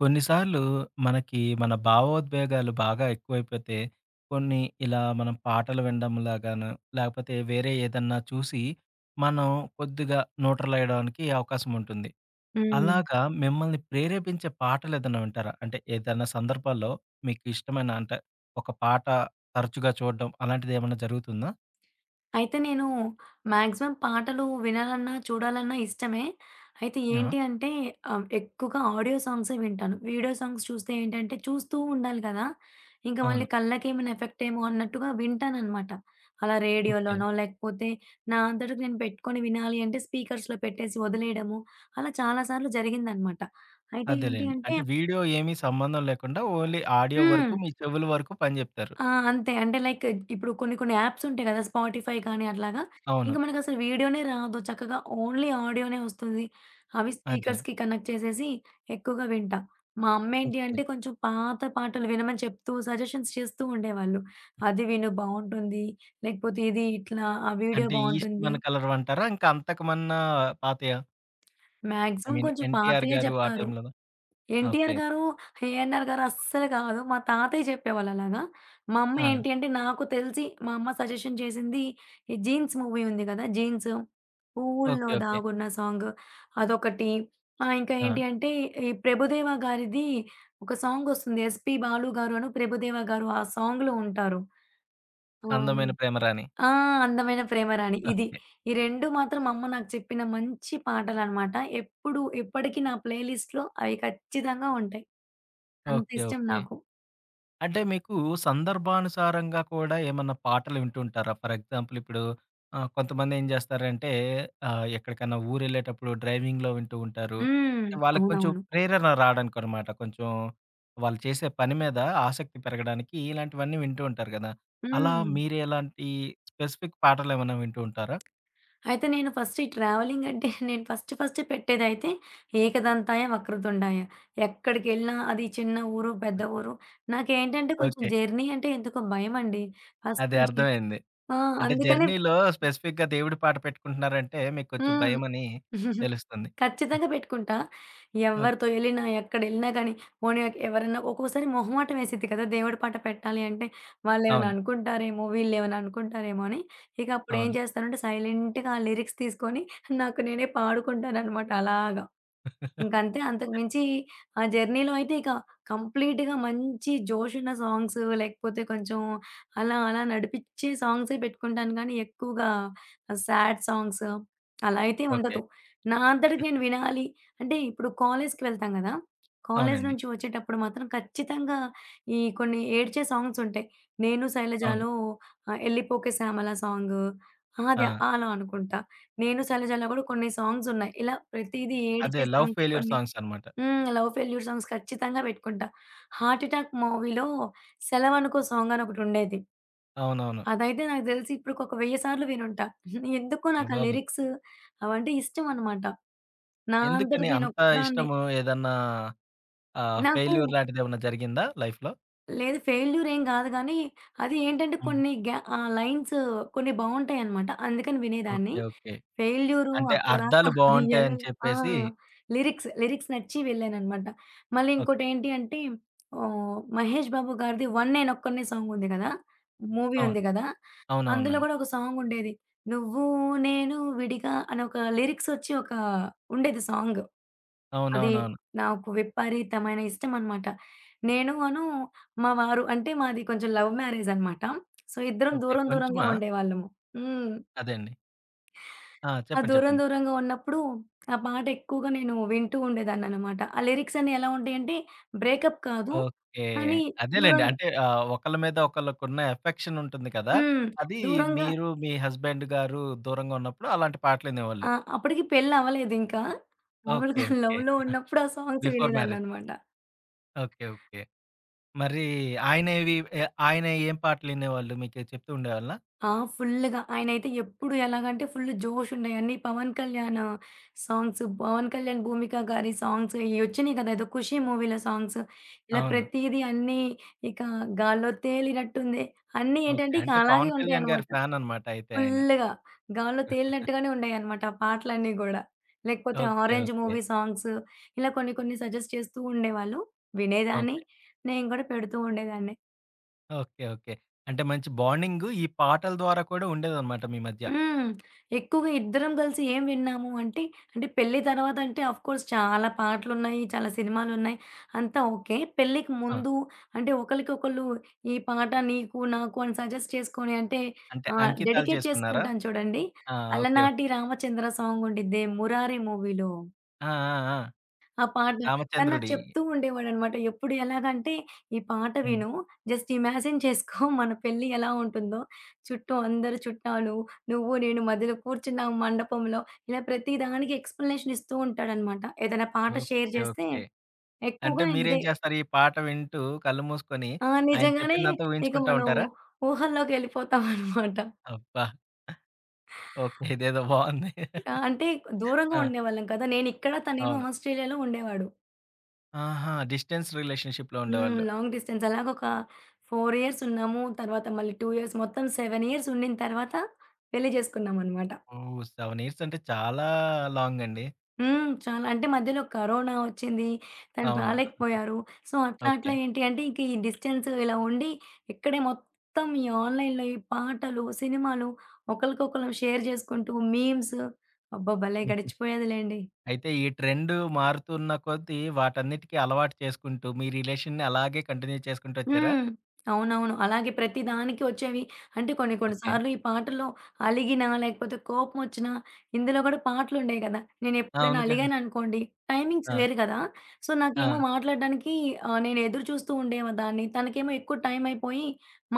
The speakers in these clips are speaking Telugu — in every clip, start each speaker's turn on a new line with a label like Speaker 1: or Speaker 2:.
Speaker 1: కొన్నిసార్లు మనకి మన భావోద్వేగాలు బాగా ఎక్కువైపోతే, కొన్ని ఇలా మనం పాటలు వినడం లాగాను, లేకపోతే వేరే ఏదన్నా చూసి, మనం కొద్దిగా న్యూట్రల్ అయ్యడానికి అవకాశం ఉంటుంది.
Speaker 2: హ్మ్.
Speaker 1: అలాగా మిమ్మల్ని ప్రేరేపించే పాటలేదన్నా వింటారా? అంటే ఏదైనా సందర్భాల్లో మీకు ఇష్టమైన అంటే, ఒక పాట తరచుగా చూడడం అలాంటిదేమన్నా జరుగుతుందా?
Speaker 2: అయితే నేను మాక్సిమం పాటలు వినాలన్నా, చూడాలన్నా ఇష్టమే. అయితే
Speaker 1: ఆ!
Speaker 2: ఏంటి అంటే ఎక్కువగా ఆడియో సాంగ్సే వింటాను. వీడియో సాంగ్స్ చూస్తే ఏంటంటే చూస్తూ ఉండాలి కదా! ఇంకా మళ్ళీ
Speaker 1: అవును.
Speaker 2: కళ్ళకేమైనా ఎఫెక్ట్ ఏమో అన్నట్టుగా వింటాననమాట. అలా
Speaker 1: ఓకే.
Speaker 2: రేడియోలోనో లేకపోతే నా అంతటికి నేను పెట్టుకొని వినాలి అంటే స్పీకర్స్‌లో పెట్టేసి వదిలేయడము అలా చాలా సార్లు జరిగిందనమాట. అయితే ఏంటి
Speaker 1: అదేలెండి.
Speaker 2: అంటే
Speaker 1: అంటే వీడియో ఏమీ సంబంధం లేకుండా ఓన్లీ ఆడియో వరకు
Speaker 2: హ్మ్.
Speaker 1: మీ చెవుల వరకు పని జెప్తారు.
Speaker 2: ఆ! అంతే. అంటే లైక్ ఇప్పుడు కొన్ని కొన్ని యాప్స్ ఉంటాయి కదా! స్పాటిఫై కానీ అట్లాగా.
Speaker 1: అవును.
Speaker 2: ఇంక మనకసలు వీడియోనే రాదు. చక్కగా ఓన్లీ ఆడియోనే వస్తుంది. అవి
Speaker 1: అదండి.
Speaker 2: స్పీకర్స్‌కి కనెక్ట్ చేసేసి ఎక్కువగా వింటా. మా అమ్మేంటి
Speaker 1: ఓకే.
Speaker 2: అంటే కొంచెం పాత పాటలు వినమని చెప్తూ సజెషన్స్ చేస్తూ ఉండేవాళ్ళు. అది విను బావుంటుంది. లేకపోతే ఇది ఇట్లా ఆ వీడియో
Speaker 1: అంటే ఈస్ట్
Speaker 2: బావుంటుంది.
Speaker 1: మన కలర్వంటారా? ఇంకా అంతకుమన్నా పాతయా? ఐ
Speaker 2: మాక్సిమం
Speaker 1: మీన్
Speaker 2: కొంచెం
Speaker 1: 'ఎన్టీఆర్'
Speaker 2: పాతయే
Speaker 1: గారు ఆ
Speaker 2: చెప్తారు.
Speaker 1: టైంలోనా?
Speaker 2: ఎన్టీఆర్
Speaker 1: ఓకే.
Speaker 2: గారు,
Speaker 1: ఓకే.
Speaker 2: ఏఎన్నార్ గారు అస్సలు కాదు. మా తాతయ్య చెప్పేవాళ్ళు అలాగా. మా అమ్మ
Speaker 1: ఆ!
Speaker 2: ఏంటి అంటే నాకు తెలిసి మా అమ్మ సజెషన్ చేసింది ఈ 'జీన్స్' మూవీ ఉంది కదా! 'జీన్స్', 'పువ్వుల్లో
Speaker 1: ఓకే. ఓకే.
Speaker 2: దాగున్న' సాంగ్ అదొకటి. ఇంకా
Speaker 1: ఆ!
Speaker 2: ఏంటి అంటే ఈ ప్రభుదేవా గారిది ఒక సాంగ్ వస్తుంది. 'ఎస్‌పి బాలు' గారును, ప్రభుదేవా గారు ఆ సాంగ్‌లో ఉంటారు. హ్మ్.
Speaker 1: 'అందమైన ప్రేమరాణి.'
Speaker 2: ఆ! 'అందమైన ప్రేమరాణి' ఇది.
Speaker 1: ఓకే.
Speaker 2: ఈ 2 మాత్రం మా అమ్మ నాకు చెప్పిన మంచి పాటలనమాట. ఎప్పుడు, ఎప్పటికి నా ప్లేలిస్ట్‌లో అవి ఖచ్చితంగా ఉంటాయి. అంత
Speaker 1: ఓకే.
Speaker 2: ఇష్టం
Speaker 1: ఓకే.
Speaker 2: నాకు.
Speaker 1: అంటే మీకు సందర్భానుసారంగా కూడా ఏమన్నా పాటలు వింటుంటారా? ఫర్ ఎగ్జాంపుల్ ఇప్పుడు కొంతమంది ఏం చేస్తారంటే ఎక్కడికన్నా ఊరెళ్ళేటప్పుడు డ్రైవింగ్‌లో వింటూ ఉంటారు.
Speaker 2: హ్మ్.
Speaker 1: అంటే వాళ్ళకి కొంచెం
Speaker 2: అవునవును.
Speaker 1: ప్రేరణ రాడానికనమాట. కొంచెం వాళ్ళు చేసే పని మీద ఆసక్తి పెరగడానికి ఇలాంటివన్నీ వింటూ ఉంటారు కదా! అలా
Speaker 2: హ్మ్.
Speaker 1: మీరు ఎలాంటి స్పెసిఫిక్ పాటలేమన్నా వింటూ ఉంటారా?
Speaker 2: అయితే నేను ఫస్ట్ ఈ ట్రావెలింగ్ అంటే నేను ఫస్ట్ ఫస్ట్ పెట్టేదైతే 'ఏకదంతాయ వక్రతుండాయ.' ఎక్కడికెళ్ళినా అది చిన్న ఊరు, పెద్ద ఊరు నాకేంటంటే కొంచెం
Speaker 1: ఓకే.
Speaker 2: జర్నీ అంటే ఎందుకో భయమండి ఫస్ట్
Speaker 1: అదే
Speaker 2: నుంచి.
Speaker 1: అర్థమైంది.
Speaker 2: ఆ!
Speaker 1: అంటే
Speaker 2: అందుకనే
Speaker 1: జర్నీలో స్పెసిఫిక్‌గా దేవుడి పాట పెట్టుకుంటున్నారంటే మీకు కొంచెం
Speaker 2: హ్మ్.
Speaker 1: భయమని తెలుస్తుంది.
Speaker 2: ఖచ్చితంగా పెట్టుకుంటా.
Speaker 1: ఓకే.
Speaker 2: ఎవరితో ఎళ్ళినా, ఎక్కడెళ్ళినా గానీ, పోనీ ఎవరైనా ఒక్కోసారి మొహమాటం వేసిద్ది కదా! దేవుడి పాట పెట్టాలి అంటే, వాళ్ళేమైనా
Speaker 1: అవును.
Speaker 2: అనుకుంటారేమో, వీళ్ళేమైనా అనుకుంటారేమో అని, ఇక అప్పుడేం
Speaker 1: అవును.
Speaker 2: చేస్తానంటే, సైలెంట్‌గా ఆ లిరిక్స్ తీసుకొని, నాకు నేనే పాడుకుంటాననమాట అలాగా. ఇంకంతే. అంతకు మించి ఆ జర్నీలో అయితే ఇక కంప్లీట్‌గా మంచి జోషున్న సాంగ్స్ లేకపోతే కొంచెం అలా అలా నడిపిచ్చే సాంగ్సే పెట్టుకుంటాను గానీ, ఎక్కువగా సాడ్ సాంగ్స్ అలా అయితే
Speaker 1: ఓకే.
Speaker 2: ఉండదు. నా అంతటికి నేను వినాలి అంటే ఇప్పుడు కాలేజ్‌కి వెళ్తాం గదా! కాలేజ్
Speaker 1: అవునండి.
Speaker 2: నుంచి వచ్చేటప్పుడు మాత్రం ఖచ్చితంగా ఈ కొన్ని ఏడ్చే సాంగ్స్ ఉంటాయి. 'నేను
Speaker 1: అవును.
Speaker 2: శైలజాలో' 'ఎల్లిపోకే శ్యామల' సాంగు.
Speaker 1: ఆ!
Speaker 2: అది అలా అనుకుంటా. నేను 'శైలజలో' గూడా కొన్ని సాంగ్స్ ఉన్నాయి. ఇలా ప్రతీదీ
Speaker 1: అదే
Speaker 2: ఏడిచే
Speaker 1: లవ్
Speaker 2: సాంగ్స్
Speaker 1: ఫెయిల్యూర్
Speaker 2: కొన్ని
Speaker 1: సాంగ్స్ అన్నమాట.
Speaker 2: లవ్ ఫెయిల్యూర్ సాంగ్స్ ఖచ్చితంగా పెట్టుకుంటా. 'హార్ట్ అటాక్' మూవీలో 'సెలవనుకో' సాంగ్ అని ఒకటుండేది.
Speaker 1: అవునవును.
Speaker 2: అదైతే నాకు దెలిసి ఇప్పటికొక 1000 సార్లు వినుంటా. ఎందుకో
Speaker 1: అయ్య
Speaker 2: నాకు ఆ
Speaker 1: బాబోయ్!
Speaker 2: లిరిక్స్ అవంటే ఇష్టం అన్నమాట. నా
Speaker 1: ఎందుకని
Speaker 2: అంతటికి నేను
Speaker 1: అంత
Speaker 2: ఒక్కదాన్నే.
Speaker 1: ఇష్టము? ఏదన్నా
Speaker 2: నాకు
Speaker 1: ఫెయిల్యూర్ లాంటిదేమన్నా జరిగిందా లైఫ్‌లో?
Speaker 2: లేదు ఫెయిల్యూర్ ఏం గాదు గానీ, అది ఏంటంటే
Speaker 1: హ్మ్.
Speaker 2: కొన్ని గ్యా లైన్స్ కొన్ని బావుంటాయన్నమాట. అందుకని వినేదాన్ని.
Speaker 1: ఓకే. ఓకే.
Speaker 2: ఫెయిల్యూరు
Speaker 1: అంటే
Speaker 2: అక్కడ దాకా
Speaker 1: అర్థాలు బావుంటాయని
Speaker 2: వెళ్ళలేదు. ఆ!
Speaker 1: చెప్పేసి
Speaker 2: లిరిక్స్ నచ్చి వెళ్ళాననమాట. మళ్ళీ
Speaker 1: ఓకే.
Speaker 2: ఇంకోటేంటి అంటే 'మహేష్ బాబు' గారిది 'వన్ నేనొక్కడినే' సాంగ్ ఉంది గదా! మూవీ
Speaker 1: అవును.
Speaker 2: ఉంది గదా! అందులో
Speaker 1: అవునవునండి.
Speaker 2: గూడా ఒక సాంగ్ ఉండేది. 'నువ్వు నేను విడిగా' అని ఒక లిరిక్స్ ఒచ్చి ఒక ఉండేది సాంగ్. అది
Speaker 1: అవునవునవును.
Speaker 2: నాకు విపరీతమైన ఇష్టమనమాట. నేను అను మా వారు అంటే మాది కొంచెం లవ్ మ్యారేజనమాట. సో, ఇద్దరం
Speaker 1: ఓకే.
Speaker 2: దూరం దూరంగా
Speaker 1: కొంచెమా?
Speaker 2: ఉండేవాళ్ళము. హ్మ్.
Speaker 1: అదే అండి. ఆ!
Speaker 2: ఆ!
Speaker 1: చెప్పండి.
Speaker 2: దూరం
Speaker 1: చెప్పండి.
Speaker 2: దూరంగా ఉన్నప్పుడు ఆ పాట ఎక్కువగా నేను వింటూ ఉండేదాన్ననమాట. ఆ లిరిక్స్ అన్నీ ఎలా ఉంటాయంటే బ్రేకప్ కాదు.
Speaker 1: ఓకే.
Speaker 2: కానీ
Speaker 1: అదేలెండి.
Speaker 2: దూరంగా
Speaker 1: అంటే ఒకళ్ళ మీద ఒకళ్ళకున్న ఎఫెక్షన్ ఉంటుంది కదా!
Speaker 2: హ్మ్.
Speaker 1: అది
Speaker 2: దూరంగా
Speaker 1: మీరు మీ హస్బెండ్ గారు దూరంగా ఉన్నప్పుడు అలాంటి పాటలు వినేవాళ్ళు.
Speaker 2: ఆ! అప్పటికి పెళ్లి అవ్వలేదింకా.
Speaker 1: ఓకే.
Speaker 2: మామూలుగా
Speaker 1: ఓకే.
Speaker 2: లవ్‌లో ఉన్నప్పుడు ఆ సాంగ్స్
Speaker 1: బిఫోర్ మ్యారేజ్.
Speaker 2: వినేదాన్ననమాట.
Speaker 1: ఓకే. ఓకే. మరి ఆయనవి ఆయన ఏం పాటలు వినేవాళ్ళు? మీకు చెప్తూ ఉండేవాళ్ళా?
Speaker 2: ఆ! ఫుల్లుగా. ఆయనైతే ఎప్పుడు ఎలాగంటే ఫుల్ జోషుండే. అన్ని పవన్ కళ్యాణ్ సాంగ్స్, పవన్ కళ్యాణ్, భూమిక గారి సాంగ్స్ ఇయి ఒచ్చినియి కదా! ఏదో 'ఖుషి' మూవీలో సాంగ్స్. ఇలా
Speaker 1: అవును.
Speaker 2: ప్రతీది అన్నీ ఇక గాల్లో తేలినట్టుంది. అన్నీ
Speaker 1: ఓకే.
Speaker 2: ఏంటంటే ఇక
Speaker 1: అంటే
Speaker 2: అలాగే
Speaker 1: 'పవన్ కళ్యాణ్' గారి
Speaker 2: ఉంటాయనమాట.
Speaker 1: ఫ్యాన్ అనమాట అయితే ఆయన.
Speaker 2: ఫుల్లుగా గాల్లో తేలినట్టుగానే ఉండేయనమాట ఆ పాటలన్నీ గూడా. లేకపోతే
Speaker 1: okay.
Speaker 2: 'Orange'
Speaker 1: okay.
Speaker 2: Movie songs ఇలా కొన్ని కొన్ని సజెస్ట్ చేస్తూ ఉండేవాళ్ళు. వినేదాన్ని.
Speaker 1: ఓకే.
Speaker 2: నేను గూడా పెడుతూ ఉండేదాన్ని.
Speaker 1: ఓకే. ఓకే. అంటే మంచి బాండింగు ఈ పాటల ద్వారా కూడా ఉండేదన్నమాట మీ మధ్య.
Speaker 2: హ్మ్. ఎక్కువగా ఇద్దరం కలిసి ఏం విన్నాము అంటే, అంటే పెళ్లి తర్వాత అంటే ఆఫ్‌కోర్స్ చాలా పాటలున్నాయి, చాలా సినిమాలున్నాయి. అంతా ఓకే. పెళ్ళికి
Speaker 1: ఆ!
Speaker 2: ముందు అంటే ఒకళ్ళకొకళ్ళు ఈ పాట నీకు, నాకు అని సజెస్ట్ చేసుకొని అంటే
Speaker 1: అంటే అంకితాలు
Speaker 2: డెడికేట్
Speaker 1: చేసుకున్నారా?
Speaker 2: చేసుకుంటాం చూడండి.
Speaker 1: ఆ! ఓకే.
Speaker 2: అలనాటి
Speaker 1: ఓకే.
Speaker 2: రామచంద్ర సాంగ్ ఉండిద్ది 'మురారి' మూవీలో.
Speaker 1: ఆ! ఆ! ఆ!
Speaker 2: ఆ పాట తను నాకు
Speaker 1: 'రామచంద్రుడి.'
Speaker 2: చెప్తూ ఉండేవాడనమాట. ఎప్పుడు ఎలాగంటే, "ఈ పాట
Speaker 1: హ్మ్.
Speaker 2: విను. జస్ట్ ఇమాజిన్ చేసుకో మన పెళ్లి ఎలా ఉంటుందో. చుట్టూ అందరు చుట్టాలు, నువ్వు నేను మధ్యలో కూర్చున్నాం మండపంలో" ఇలా ప్రతి దానికి ఎక్స్‌ప్లనేషన్ ఇస్తూ ఉంటాడనమాట. ఏదైనా పాట షేర్
Speaker 1: ఓకే.
Speaker 2: చేస్తే
Speaker 1: ఓకే. అంటే
Speaker 2: ఎక్కువగా
Speaker 1: మీరేం
Speaker 2: ఇదే.
Speaker 1: చేస్తారు? ఈ పాట వింటూ కళ్ళు మూసుకొని
Speaker 2: ఆ!
Speaker 1: ఆయన
Speaker 2: నిజంగానే
Speaker 1: చెప్పిందంతా
Speaker 2: ఇక
Speaker 1: ఊహించుకుంటా
Speaker 2: మనం
Speaker 1: ఉంటారా?
Speaker 2: ఊహల్లోకెళ్ళిపోతామనమాట.
Speaker 1: అబ్బా! ఓకే. ఇదేదో బావుంది.
Speaker 2: అంటే దూరంగా
Speaker 1: ఆ!
Speaker 2: ఉండేవాళ్ళం కదా! నేనిక్కడ, తనేమో
Speaker 1: అవును.
Speaker 2: ఆస్ట్రేలియాలో ఉండేవాడు.
Speaker 1: ఆహా! డిస్టెన్స్ రిలేషన్‌షిప్‌లో
Speaker 2: హ్మ్.
Speaker 1: ఉండేవాళ్ళు.
Speaker 2: Long distance. అలాగొక 4 ఇయర్స్ ఉన్నాము. తర్వాత మళ్ళీ 2 ఇయర్స్ మొత్తం 7 ఇయర్స్ ఉండిన తర్వాత పెళ్లి చేసుకున్నామనమాట.
Speaker 1: ఓహ్! 7 ఇయర్స్ అంటే చాలా లాంగ్ అండి.
Speaker 2: హ్మ్. చాలా అంటే మధ్యలో కరోనా వచ్చింది. తను
Speaker 1: అవును.
Speaker 2: రాలేకపోయారు. సో, అట్లా
Speaker 1: ఓకే.
Speaker 2: అట్లా ఏంటి అంటే ఇంక ఈ డిస్టెన్స్ ఇలా ఉండి ఇక్కడే మొత్తం ఈ ఆన్‌లైన్‌లో ఈ పాటలు, సినిమాలు ఒకళ్ళకొకళ్ళం షేర్ చేసుకుంటూ మీమ్స్ అబ్బా! భలే
Speaker 1: హ్మ్.
Speaker 2: గడిచిపోయేదిలెండి.
Speaker 1: అయితే ఈ ట్రెండ్ మారుతున్న కొద్దీ వాటన్నిటికి అలవాటు చేసుకుంటూ మీ రిలేషన్‌ని అలాగే కంటిన్యూ చేసుకుంటూ వచ్చారా?
Speaker 2: హ్మ్. అవునవును. అలాగే ప్రతి దానికి వచ్చేవి అంటే కొన్ని కొన్ని
Speaker 1: ఓకే.
Speaker 2: సార్లు ఈ పాటల్లో అలిగినా, లేకపోతే కోపమొచ్చినా ఇందులో కూడా పాటలుండేయి కదా!
Speaker 1: ఆ!
Speaker 2: నేనెప్పుడైనా
Speaker 1: అవునుగా.
Speaker 2: అలిగాననుకోండి, టైమింగ్స్
Speaker 1: ఆ!
Speaker 2: వేరు కదా! సో,
Speaker 1: ఆ!
Speaker 2: నాకేమో మాట్లాడడానికి నేను ఎదురు చూస్తూ ఉండేదాన్ని. తనకేమో ఎక్కువ టైం అయిపోయి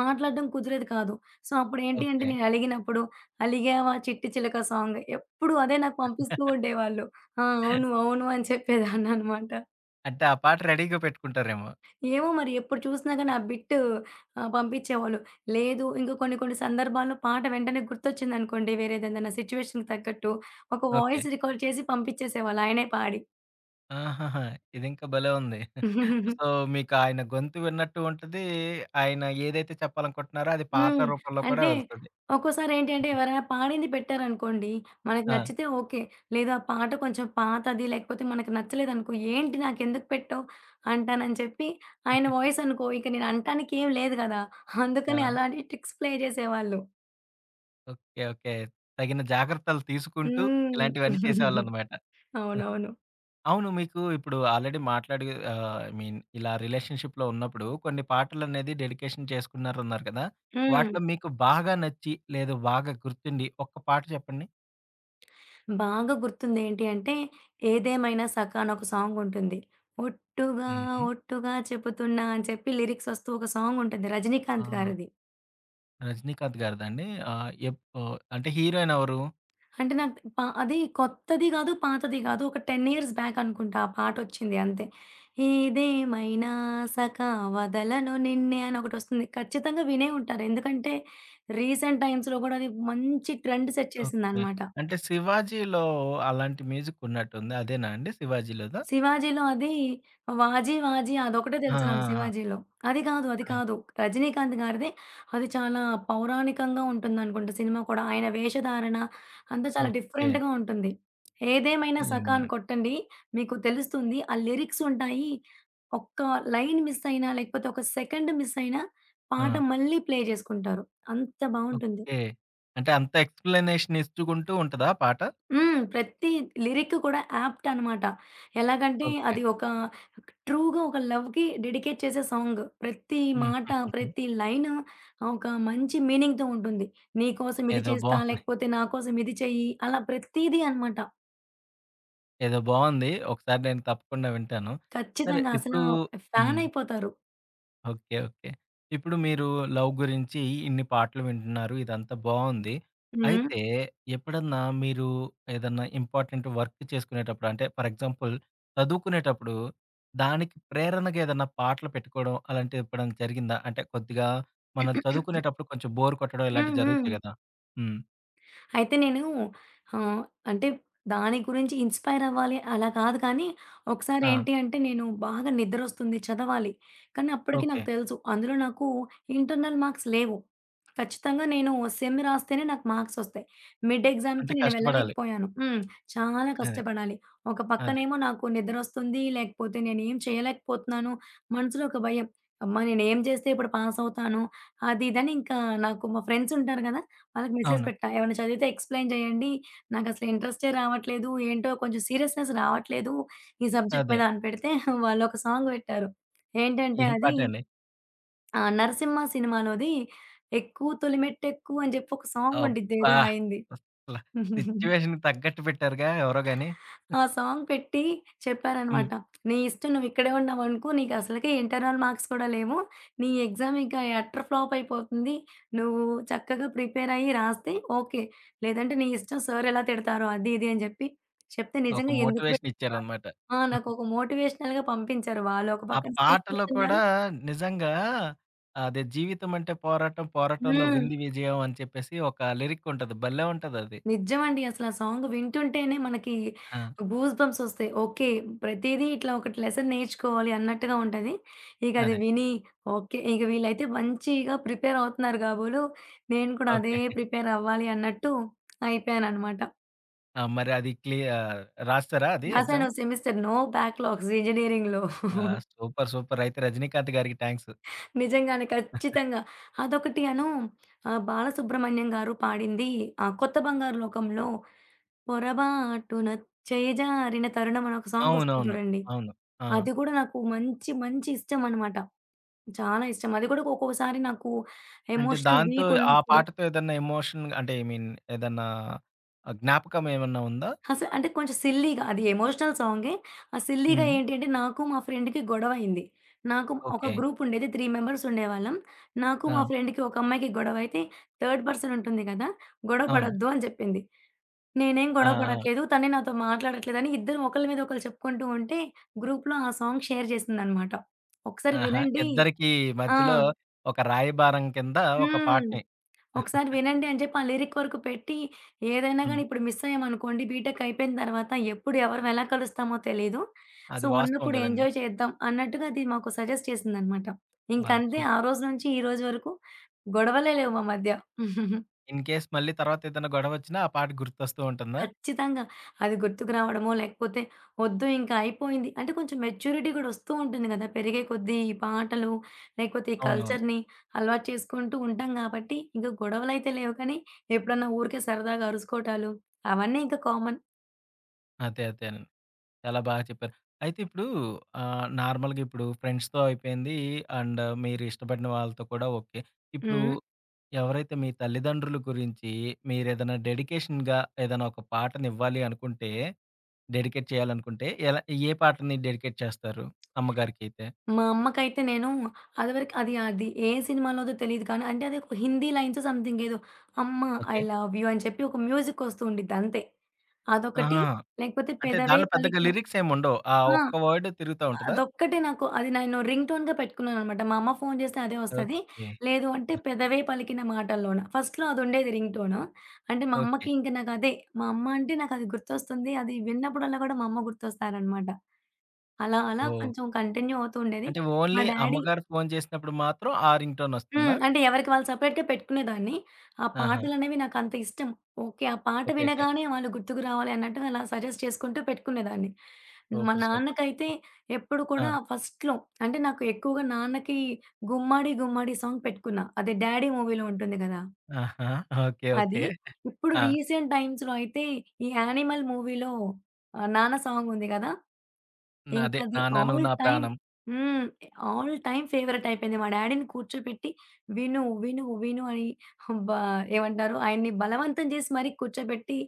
Speaker 2: మాట్లాడడం కుదిరేది కాదు. సో, అప్పుడేంటి అంటే
Speaker 1: ఓకే.
Speaker 2: నేను అలిగినప్పుడు 'అలిగావా చిట్టి చిలక' సాంగ్ ఎప్పుడు అదే నాకు పంపిస్తూ ఉండేవాళ్ళు. ఆ! అవును. అవును అని చెప్పేదాన్ననమాట.
Speaker 1: అంటే ఆ పాట రెడీగా పెట్టుకుంటారేమో.
Speaker 2: ఏమో మరి ఎప్పుడు చూసినా గాని ఆ బిట్టు పంపించేవాళ్ళు. లేదు ఇంకా కొన్ని కొన్ని సందర్భాల్లో పాట వెంటనే గుర్తొచ్చిందనుకోండి వేరేదేదైనా సిట్యుయేషన్‌కి తగ్గట్టు ఒక
Speaker 1: ఓకే.
Speaker 2: వాయిస్ రికార్డ్ చేసి పంపించేసేవాళ్ళు ఆయనే పాడి.
Speaker 1: ఆహాహా! ఇదింకా భలే ఉంది. సో, మీకు ఆయన గొంతు విన్నట్టు ఉంటది. ఆయన ఏదైతే చెప్పాలనుకుంటున్నారో అది పాట
Speaker 2: హ్మ్.
Speaker 1: రూపంలో కూడా
Speaker 2: అంటే
Speaker 1: వెళ్తది.
Speaker 2: ఒక్కోసారేంటి అంటే ఎవరైనా పాడింది పెట్టారనుకోండి, మనకు
Speaker 1: ఆ!
Speaker 2: నచ్చితే ఓకే. లేదు ఆ పాట కొంచెం పాతది లేకపోతే మనకు నచ్చలేదనుకో, "ఏంటి నాకెందుకు పెట్టావు?" అంటానని చెప్పి ఆయన వాయిస్ అనుకో ఇక నేను అనటానికి ఏం లేదు గదా! అందుకని
Speaker 1: ఆ!
Speaker 2: అలాంటి ట్రిక్స్ ప్లే చేసేవాళ్ళు.
Speaker 1: ఓకే. ఓకే. తగిన జాగ్రత్తలు తీసుకుంటూ
Speaker 2: హ్మ్.
Speaker 1: ఇలాంటివన్నీ చేసేవాళ్ళన్నమాట.
Speaker 2: అవునవును.
Speaker 1: అవును. మీకు ఇప్పుడు ఆల్రెడీ మాట్లాడి ఐ మీన్ ఇలా రిలేషన్‌షిప్‌లో ఉన్నప్పుడు కొన్ని పాటలనేది డెడికేషన్ చేసుకున్నారన్నారు కదా!
Speaker 2: హ్మ్.
Speaker 1: వాటిలో మీకు బాగా నచ్చి, లేదు బాగా గుర్తుండి ఒక్క పాట చెప్పండి?
Speaker 2: బాగా గుర్తుందేంటి అంటే, 'ఏదేమైనా సఖా' అని ఒక సాంగుంటుంది. ఒట్టుగా
Speaker 1: హుహు.
Speaker 2: ఒట్టుగా చెబుతున్నా అని చెప్పి లిరిక్స్ వస్తూ ఒక సాంగుంటుంది
Speaker 1: ఆ!
Speaker 2: 'రజనీకాంత్' గారిది.
Speaker 1: 'రజనీకాంత్' గారిదా అండి? ఆహ్, ఎప్ ఓహ్! అంటే హీరోయిన్ ఎవరు?
Speaker 2: అంటే నాకు ప అది కొత్తది గాదు, పాతది గాదు. ఒక 10 ఇయర్స్ బ్యాక్ అనుకుంటా ఆ పాటొచ్చింది అంతే. ఏదేమైనా సఖా వదలను నిన్నే అని ఒకటొస్తుంది. ఖచ్చితంగా వినే ఉంటారు. ఎందుకంటే రీసెంట్ టైమ్స్‌లో గూడా అది మంచి ట్రెండ్ సెట్
Speaker 1: ఓకే.
Speaker 2: చేసిందనమాట.
Speaker 1: అంటే 'శివాజీలో' అలాంటి మ్యూజిక్ ఉన్నట్టుంది. అదేనా అండి 'శివాజీలోదా'?
Speaker 2: శివాజీలో అది 'వాజీ వాజీ' అదొకటే
Speaker 1: ఆ!
Speaker 2: తెలుసు నాకు
Speaker 1: ఆ!
Speaker 2: శివాజీలో. అది కాదు, అది
Speaker 1: ఆ! ఆ!
Speaker 2: కాదు. రజనీకాంత్ గారిదే. అది చాలా పౌరాణికంగా ఉంటుందనుకుంటా సినిమా కూడా. ఆయన వేషధారణ అంతా చాలా
Speaker 1: ఓకే.
Speaker 2: డిఫరెంట్‌గా ఉంటుంది. ఏదేమైనా 'సఖా' అని
Speaker 1: ఏమోనండి.
Speaker 2: కొట్టండి. మీకు తెలుస్తుంది. ఆ లిరిక్స్ ఉంటాయి. ఒక్క లైన్ మిస్ అయినా, లేకపోతే ఒక సెకండ్ మిస్ అయినా
Speaker 1: ఆ!
Speaker 2: పాట మళ్ళీ ప్లే జేసుకుంటారు. అంత బావుంటుంది.
Speaker 1: ఓకే. అంటే అంత ఎక్స్‌ప్లనేషన్ ఇచ్చుకుంటూ ఉంటదా పాట?
Speaker 2: హ్మ్. ప్రతి లిరిక్ కూడా యాప్ట్ అనమాట. ఎలాగంటే
Speaker 1: ఓకే.
Speaker 2: అది ఒక ట్రూగా ఒక లవ్‌కి డెడికేట్ చేసే సాంగ్. ప్రతి
Speaker 1: హ్మ్.
Speaker 2: మాట, ప్రతి లైను ఒక మంచి మీనింగ్‌తో ఉంటుంది. నీ కోసం ఇది
Speaker 1: ఏదో
Speaker 2: చేస్తా,
Speaker 1: బావుంది.
Speaker 2: లేకపోతే నా కోసం ఇది చెయ్యి అలా ప్రతీదీ అనమాట.
Speaker 1: ఏదో బావుంది. ఒకసారి నేను తప్పకుండా వింటాను. సరే
Speaker 2: ఖచ్చితంగా అసల
Speaker 1: ఇప్పుడు
Speaker 2: ఫ్యాన్
Speaker 1: హ్మ్.
Speaker 2: అయిపోతారు.
Speaker 1: ఓకే. ఓకే. ఇప్పుడు మీరు లవ్ గురించి ఇన్ని పాటలు వింటున్నారు. ఇదంతా బావుంది.
Speaker 2: హ్మ్.
Speaker 1: అయితే ఎప్పుడన్నా మీరు ఏదన్నా ఇంపార్టెంట్ వర్క్ చేసుకునేటప్పుడు అంటే ఫర్ ఎగ్జాంపుల్ చదువుకునేటప్పుడు దానికి ప్రేరణగా ఏదన్నా పాటలు పెట్టుకోవడం అలాంటిది ఎప్పుడన్నా జరిగిందా? అంటే కొద్దిగా మనం చదువుకునేటప్పుడు కొంచెం బోర్ కొట్టడం
Speaker 2: హ్మ్.
Speaker 1: ఇలాంటివి జరుగుతాయి
Speaker 2: హ్మ్.
Speaker 1: గదా! హ్మ్.
Speaker 2: అయితే నేను ఆహ్, అంటే దాని గురించి ఇన్‌స్పైర్ అవ్వాలి అలా కాదు కానీ, ఒకసారి
Speaker 1: ఆ!
Speaker 2: ఏంటి అంటే నేను బాగా నిద్రొస్తుంది చదవాలి. కానీ అప్పటికి
Speaker 1: ఓకే.
Speaker 2: నాకు తెలుసు అందులో నాకు ఇంటర్నల్ మార్క్స్ లేవు. ఖచ్చితంగా నేను సెమ్ రాస్తేనే నాకు మార్క్స్ ఒస్తాయి. మిడ్ ఎగ్జామ్‌కి
Speaker 1: అంటే
Speaker 2: నేను
Speaker 1: కష్టపడాలి.
Speaker 2: వెళ్ళలేకపోయాను. హ్మ్. చాలా
Speaker 1: అదే.
Speaker 2: కష్టపడాలి. ఒక
Speaker 1: అదే.
Speaker 2: పక్కనేమో నాకు నిద్రొస్తుంది, లేకపోతే నేనేం చేయలేకపోతున్నాను. మనసులో ఒక భయం. అమ్మా! నేనేం చేస్తే ఇప్పుడు పాస్ అవుతాను. అది ఇదని ఇంకా నాకు మా ఫ్రెండ్స్ ఉంటారు గదా! వాళ్ళకి మెసేజ్
Speaker 1: అవును.
Speaker 2: పెట్టా. ఏమన్నా చదివితే ఎక్స్‌ప్లెయిన్ చేయండి. నాకసలు ఇంట్రెస్టే రావట్లేదు. ఏంటో కొంచెం సీరియస్‌నెస్ రావట్లేదు ఈ సబ్జెక్ట్
Speaker 1: అదే.
Speaker 2: మీద అని పెడితే వాళ్ళొక సాంగ్ పెట్టారు. ఏంటంటే
Speaker 1: ఏం
Speaker 2: అది
Speaker 1: పాటండి?
Speaker 2: 'నరసింహ' సినిమాలోది 'ఎక్కు తొలిమెట్టెక్కు' అని చెప్పి ఒక సాంగ్ ఉండిద్ది
Speaker 1: అబ్బా!
Speaker 2: ఏదో ఆయనది.
Speaker 1: అసల సిట్యుయేషన్‌కి తగ్గట్టు పెట్టారుగా ఎవరో గాని.
Speaker 2: ఆ సాంగ్ పెట్టి
Speaker 1: హ్మ్.
Speaker 2: చెప్పారనమాట. "నీ ఇష్టం నువ్విక్కడే ఉన్నావనుకో. నీకసలకే ఇంటర్నల్ మార్క్స్ కూడా లేవు. నీ ఎగ్జామ్ ఇక ఎటర్ ఫ్లాప్ అయిపోతుంది. నువ్వు చక్కగా ప్రిపేరయ్యి రాస్తే ఓకే. లేదంటే నీ ఇష్టం సార్ ఎలా తిడతారో అది, ఇది" అని చెప్పి చెప్తే
Speaker 1: ఒక
Speaker 2: నిజంగా ఎందుకు పెట్టారా
Speaker 1: మోటివేషన్ ఇచ్చారనమాట.
Speaker 2: ఆ! నాకొక మోటివేషనల్‌గా పంపించారు. వాళ్ళొక
Speaker 1: ఆ
Speaker 2: పక్కన స్పీచ్
Speaker 1: పాటలో కూడా
Speaker 2: ఇస్తున్నారు
Speaker 1: నిజంగా అదే జీవితం అంటే పోరాటం, పోరాటంలో
Speaker 2: హ్మ్.
Speaker 1: విందు విజయం అని చెప్పేసి ఒక లిరిక్ ఉంటది. భలే ఉంటదది.
Speaker 2: నిజమండి. అసలా సాంగ్ వింటుంటేనే మనకి
Speaker 1: ఆ!
Speaker 2: గూస్ బంప్స్ ఒస్తాయి. ఓకే. ప్రతీదీ ఇట్లా ఒకటి లెసన్ నేర్చుకోవాలి అన్నట్టుగా ఉంటది. ఇక అది
Speaker 1: అదే.
Speaker 2: విని ఓకే. ఇక వీళ్ళైతే మంచిగా ప్రిపేర్ అవుతున్నారు కాబోలు. నేను కూడా అదే
Speaker 1: ఓకే.
Speaker 2: ప్రిపేర్ అవ్వాలి అన్నట్టు అయిపోయాననమాట.
Speaker 1: ఆ! మరి అది రాసారా అది
Speaker 2: రాసాను
Speaker 1: ఎగ్జామ్?
Speaker 2: సెమిస్టర్ నో బ్యాక్‌లాగ్స్ ఇంజినీరింగ్‌లో.
Speaker 1: ఆ! సూపర్. సూపర్. అయితే 'రజనీకాంత్' గారికి థాంక్స్.
Speaker 2: నిజంగానే. ఖచ్చితంగా. అదొకటి అను బాలసుబ్రహ్మణ్యం గారు పాడింది 'కొత్త బంగారు లోకంలో' పొరబాటున చేజారిన తరుణం అని ఒక సాంగొస్తుంది
Speaker 1: అవునవును.
Speaker 2: చూడండి.
Speaker 1: అవును. ఆ!
Speaker 2: అది కూడా నాకు మంచి మంచి ఇష్టమనమాట. చాలా ఇష్టం. అది కూడా ఒక్కొక్కసారి నాకు
Speaker 1: అంటే
Speaker 2: ఎమోషనల్
Speaker 1: దాంతో
Speaker 2: వీక్
Speaker 1: ఆ
Speaker 2: ఉన్నప్పుడు
Speaker 1: పాటతో ఏదన్నా ఎమోషన్ అంటే ఐ మీన్ ఏదన్నా జ్ఞాపకం ఏమన్నా ఉందా?
Speaker 2: అసలు అంటే కొంచెం సిల్లీగా అది ఎమోషనల్ సాంగే. ఆ సిల్లీగా
Speaker 1: హ్మ్.
Speaker 2: ఏంటి అంటే నాకు మా ఫ్రెండ్‌కి గొడవయింది. నాకు ఒక
Speaker 1: ఓకే.
Speaker 2: గ్రూప్ ఉండేది 3 మెంబర్స్ ఉండేవాళ్ళం. నాకు మా
Speaker 1: ఆ!
Speaker 2: ఫ్రెండ్‌కి ఒక అమ్మాయికి గొడవైతే థర్డ్ పర్సన్ ఉంటుంది కదా! గొడవ
Speaker 1: అవును.
Speaker 2: పడొద్దు అని చెప్పింది. నేనేం
Speaker 1: ఆ!
Speaker 2: గొడవ
Speaker 1: ఆ!
Speaker 2: పడట్లేదు. తనే నాతో మాట్లాడట్లేదని ఇద్దరం ఒకళ్ళ మీద ఒకళ్ళు చెప్పుకుంటూ ఉంటే గ్రూప్‌లో ఆ సాంగ్ షేర్ చేసిందనమాట. ఒకసారి
Speaker 1: ఆహా!
Speaker 2: వినండి.
Speaker 1: ఇద్దరికీ
Speaker 2: ఆ!
Speaker 1: మధ్యలో ఒక రాయబారం కింద ఒక
Speaker 2: హ్మ్.
Speaker 1: పాటని.
Speaker 2: ఒకసారి వినండి అని చెప్పి ఆ లిరిక్ వరకు పెట్టి, ఏదైనా గానీ
Speaker 1: హ్మ్.
Speaker 2: ఇప్పుడు మిస్ అయ్యామనుకోండి బీటెక్ అయిపోయిన తర్వాత ఎప్పుడు ఎవరం ఎలా కలుస్తామో తెలీదు. సో,
Speaker 1: అది వాస్తవం
Speaker 2: ఉన్నప్పుడు
Speaker 1: గదండీ!
Speaker 2: ఎంజాయ్ చేద్దాం అన్నట్టుగా అది మాకు సజెస్ట్ చేసిందనమాట.
Speaker 1: బా
Speaker 2: ఇంకంతే ఆ
Speaker 1: సూపర్.
Speaker 2: రోజు నుంచి ఈ రోజు వరకు గొడవలే లేవు మా మధ్య.
Speaker 1: ఇన్ కేస్ మళ్ళీ తర్వాత ఏదైనా గొడవొచ్చినా ఆ పాట గుర్తొస్తూ ఉంటుందా?
Speaker 2: ఖచ్చితంగా. అది గుర్తుకు రావడమో, లేకపోతే వద్దు ఇంకా అయిపోయింది. అంటే కొంచెం మెచ్యూరిటీ కూడా వస్తూ ఉంటుంది గదా! పెరిగే కొద్దీ ఈ పాటలు, లేకపోతే ఈ
Speaker 1: అవునవును.
Speaker 2: కల్చర్‌ని అలవాటు చేసుకుంటూ ఉంటాం గాబట్టి, ఇంక గొడవలైతే లేవు కానీ, ఎప్పుడన్నా ఊరికే సరదాగా అరుసుకోవటాలు అవన్నీ ఇంకా కామన్.
Speaker 1: అదే అదేనండి. చాలా బాగా చెప్పారు. అయితే ఇప్పుడు నార్మల్‌గా ఇప్పుడు ఫ్రెండ్స్‌తో అయిపోయింది అండ్ మీరు ఇష్టపడిన వాళ్ళతో కూడా ఓకే. ఇప్పుడు
Speaker 2: హ్మ్.
Speaker 1: ఎవరైతే మీ తల్లిదండ్రుల గురించి మీరేదైనా డెడికేషన్‌గా ఏదైనా ఒక పాటనివ్వాలి అనుకుంటే, డెడికేట్ చేయాలనుకుంటే ఎలా ఏ పాటని డెడికేట్ చేస్తారు అమ్మగారికైతే?
Speaker 2: మా అమ్మకైతే నేను అదివరకు అది అది ఏ సినిమాలోదో తెలీదు కానీ, అంటే అది ఒక హిందీ లైన్స్ సంథింగ్ ఏదో "అమ్మ ఐ
Speaker 1: ఓకే.
Speaker 2: లవ్ యూ" అని చెప్పి ఒక మ్యూజిక్ వస్తూ ఉండిద్ది అంతే. అదొకటి.
Speaker 1: ఆహా!
Speaker 2: లేకపోతే
Speaker 1: అంటే
Speaker 2: పెదవే
Speaker 1: దాంట్లో పెద్దగా
Speaker 2: పలికిన
Speaker 1: లిరిక్స్ ఏముండవు. ఆ
Speaker 2: ఆ!
Speaker 1: ఒక్క వర్డ్ తిరుగుతా ఉంటదా?
Speaker 2: అదొక్కటే నాకు అది నేను రింగ్ టోన్‌గా పెట్టుకున్నాననమాట. మా అమ్మ ఫోను చేస్తే అదే వస్తది.
Speaker 1: ఓకే.
Speaker 2: లేదు అంటే పెదవే పలికిన మాటల్లోన. ఫస్ట్‌లో అదుండేది రింగ్ టోను. అంటే మా
Speaker 1: ఓకే.
Speaker 2: అమ్మకి ఇంక నాకదే. మా అమ్మ అంటే నాకది గుర్తొస్తుంది. అది విన్నప్పుడల్లా కూడా మా అమ్మ గుర్తొస్తారనమాట. అలా అలా
Speaker 1: ఓహ్!
Speaker 2: కొంచెం కంటిన్యూ అవుతూ ఉండేది.
Speaker 1: అంటే
Speaker 2: మా
Speaker 1: ఓన్లీ
Speaker 2: డ్యాడీ
Speaker 1: అమ్మగారు ఫోను చేసినప్పుడు మాత్రం ఆ రింగ్ టోన్
Speaker 2: హ్మ్.
Speaker 1: వస్తుందా?
Speaker 2: అంటే ఎవరికి వాళ్ళు సెపరేట్‌గా పెట్టుకునేదాన్ని. ఆ
Speaker 1: ఆహా!
Speaker 2: పాటలనేవి నాకంత ఇష్టం. ఓకే. ఆ పాట
Speaker 1: ఓకే. ఓకే.
Speaker 2: వినగానే వాళ్ళు గుర్తుకు రావాలి అన్నట్టుగా అలా సజెస్ట్ చేసుకుంటూ పెట్టుకునేదాన్ని. మా
Speaker 1: సూపర్. సూపర్.
Speaker 2: నాన్నకైతే ఎప్పుడు కూడా
Speaker 1: ఆ!
Speaker 2: ఫస్ట్‌లో అంటే నాకు ఎక్కువగా నాన్నకి 'గుమ్మడి గుమ్మడి' సాంగ్ పెట్టుకున్నా. అది 'డాడీ' మూవీలో ఉంటుంది గదా!
Speaker 1: ఆహా! ఓకే. ఓకే.
Speaker 2: అది. ఇప్పుడు
Speaker 1: ఆ!
Speaker 2: రీసెంట్ టైమ్స్‌లో అయితే ఈ 'యానిమల్' మూవీలో 'నాన్న' సాంగ్ ఉంది గదా!
Speaker 1: నా అదే
Speaker 2: ఇంకది
Speaker 1: నాన్న
Speaker 2: ఆల్
Speaker 1: నువ్వు నా
Speaker 2: టైమ్
Speaker 1: ప్రాణం
Speaker 2: హ్మ్. ఆల్ టైమ్ ఫేవరెట్ అయిపోయింది. మా డాడీని కూర్చోపెట్టి విను, విను, విను అని బా ఏమంటారు ఆయన్ని బలవంతం చేసి మరీ కూర్చోబెట్టి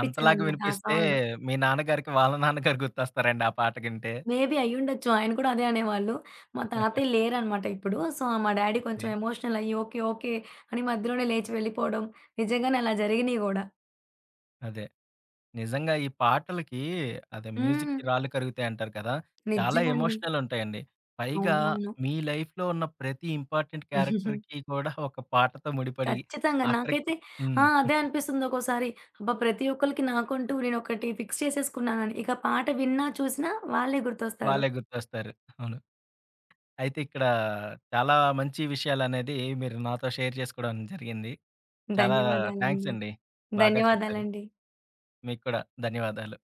Speaker 1: అంతలాగా
Speaker 2: ఆ
Speaker 1: వినిపిస్తే
Speaker 2: సాంగ్.
Speaker 1: మీ నాన్నగారికి వాళ్ళ నాన్నగారు గుర్తొస్తారండి ఆ పాట వింటే.
Speaker 2: మేబీ అయ్యుండొచ్చు. ఆయన కూడా అదే అనేవాళ్ళు. మా తాతయ్య లేరనమాట ఇప్పుడు. సో, మా డాడీ
Speaker 1: ఓకే.
Speaker 2: కొంచెం ఎమోషనల్ అయ్యి ఓకే, ఓకే అని మధ్యలోనే లేచి వెళ్ళిపోవడం. నిజంగానే అలా జరిగినియి గూడా.
Speaker 1: అదే. నిజంగా ఈ పాటలకి అదే
Speaker 2: హ్మ్.
Speaker 1: మ్యూజిక్‌కి రాళ్ళు కరుగుతాయి అంటారు కదా! చాలా
Speaker 2: నిజమండి.
Speaker 1: ఎమోషనల్ ఉంటాయండి. పైగా
Speaker 2: అవునవును.
Speaker 1: మీ లైఫ్‌లో ఉన్న ప్రతి ఇంపార్టెంట్ క్యారెక్టర్‌కి కూడా ఒక పాటతో ముడిపడి
Speaker 2: ఖచ్చితంగా.
Speaker 1: ఆఖరికి
Speaker 2: నాకైతే
Speaker 1: హ్మ్.
Speaker 2: ఆ! అదే అనిపిస్తుంది ఒక్కోసారి. అబ్బా! ప్రతి ఒక్కళ్ళకి నాకంటూ నేనొకటి ఫిక్స్ చేసేసుకున్నానని. ఇక పాట విన్నా, చూసినా వాళ్ళే గుర్తొస్తారు.
Speaker 1: వాళ్ళే గుర్తొస్తారు. అవును. అయితే ఇక్కడ చాలా మంచి విషయాలనేది మీరు నాతో షేర్ చేసుకోవడం జరిగింది. చాలా థాంక్స్
Speaker 2: ధన్యవాదాలండి.
Speaker 1: అండి. బాగా చెప్పారు.
Speaker 2: ధన్యవాదాలండి.
Speaker 1: మీకు కూడా ధన్యవాదాలు.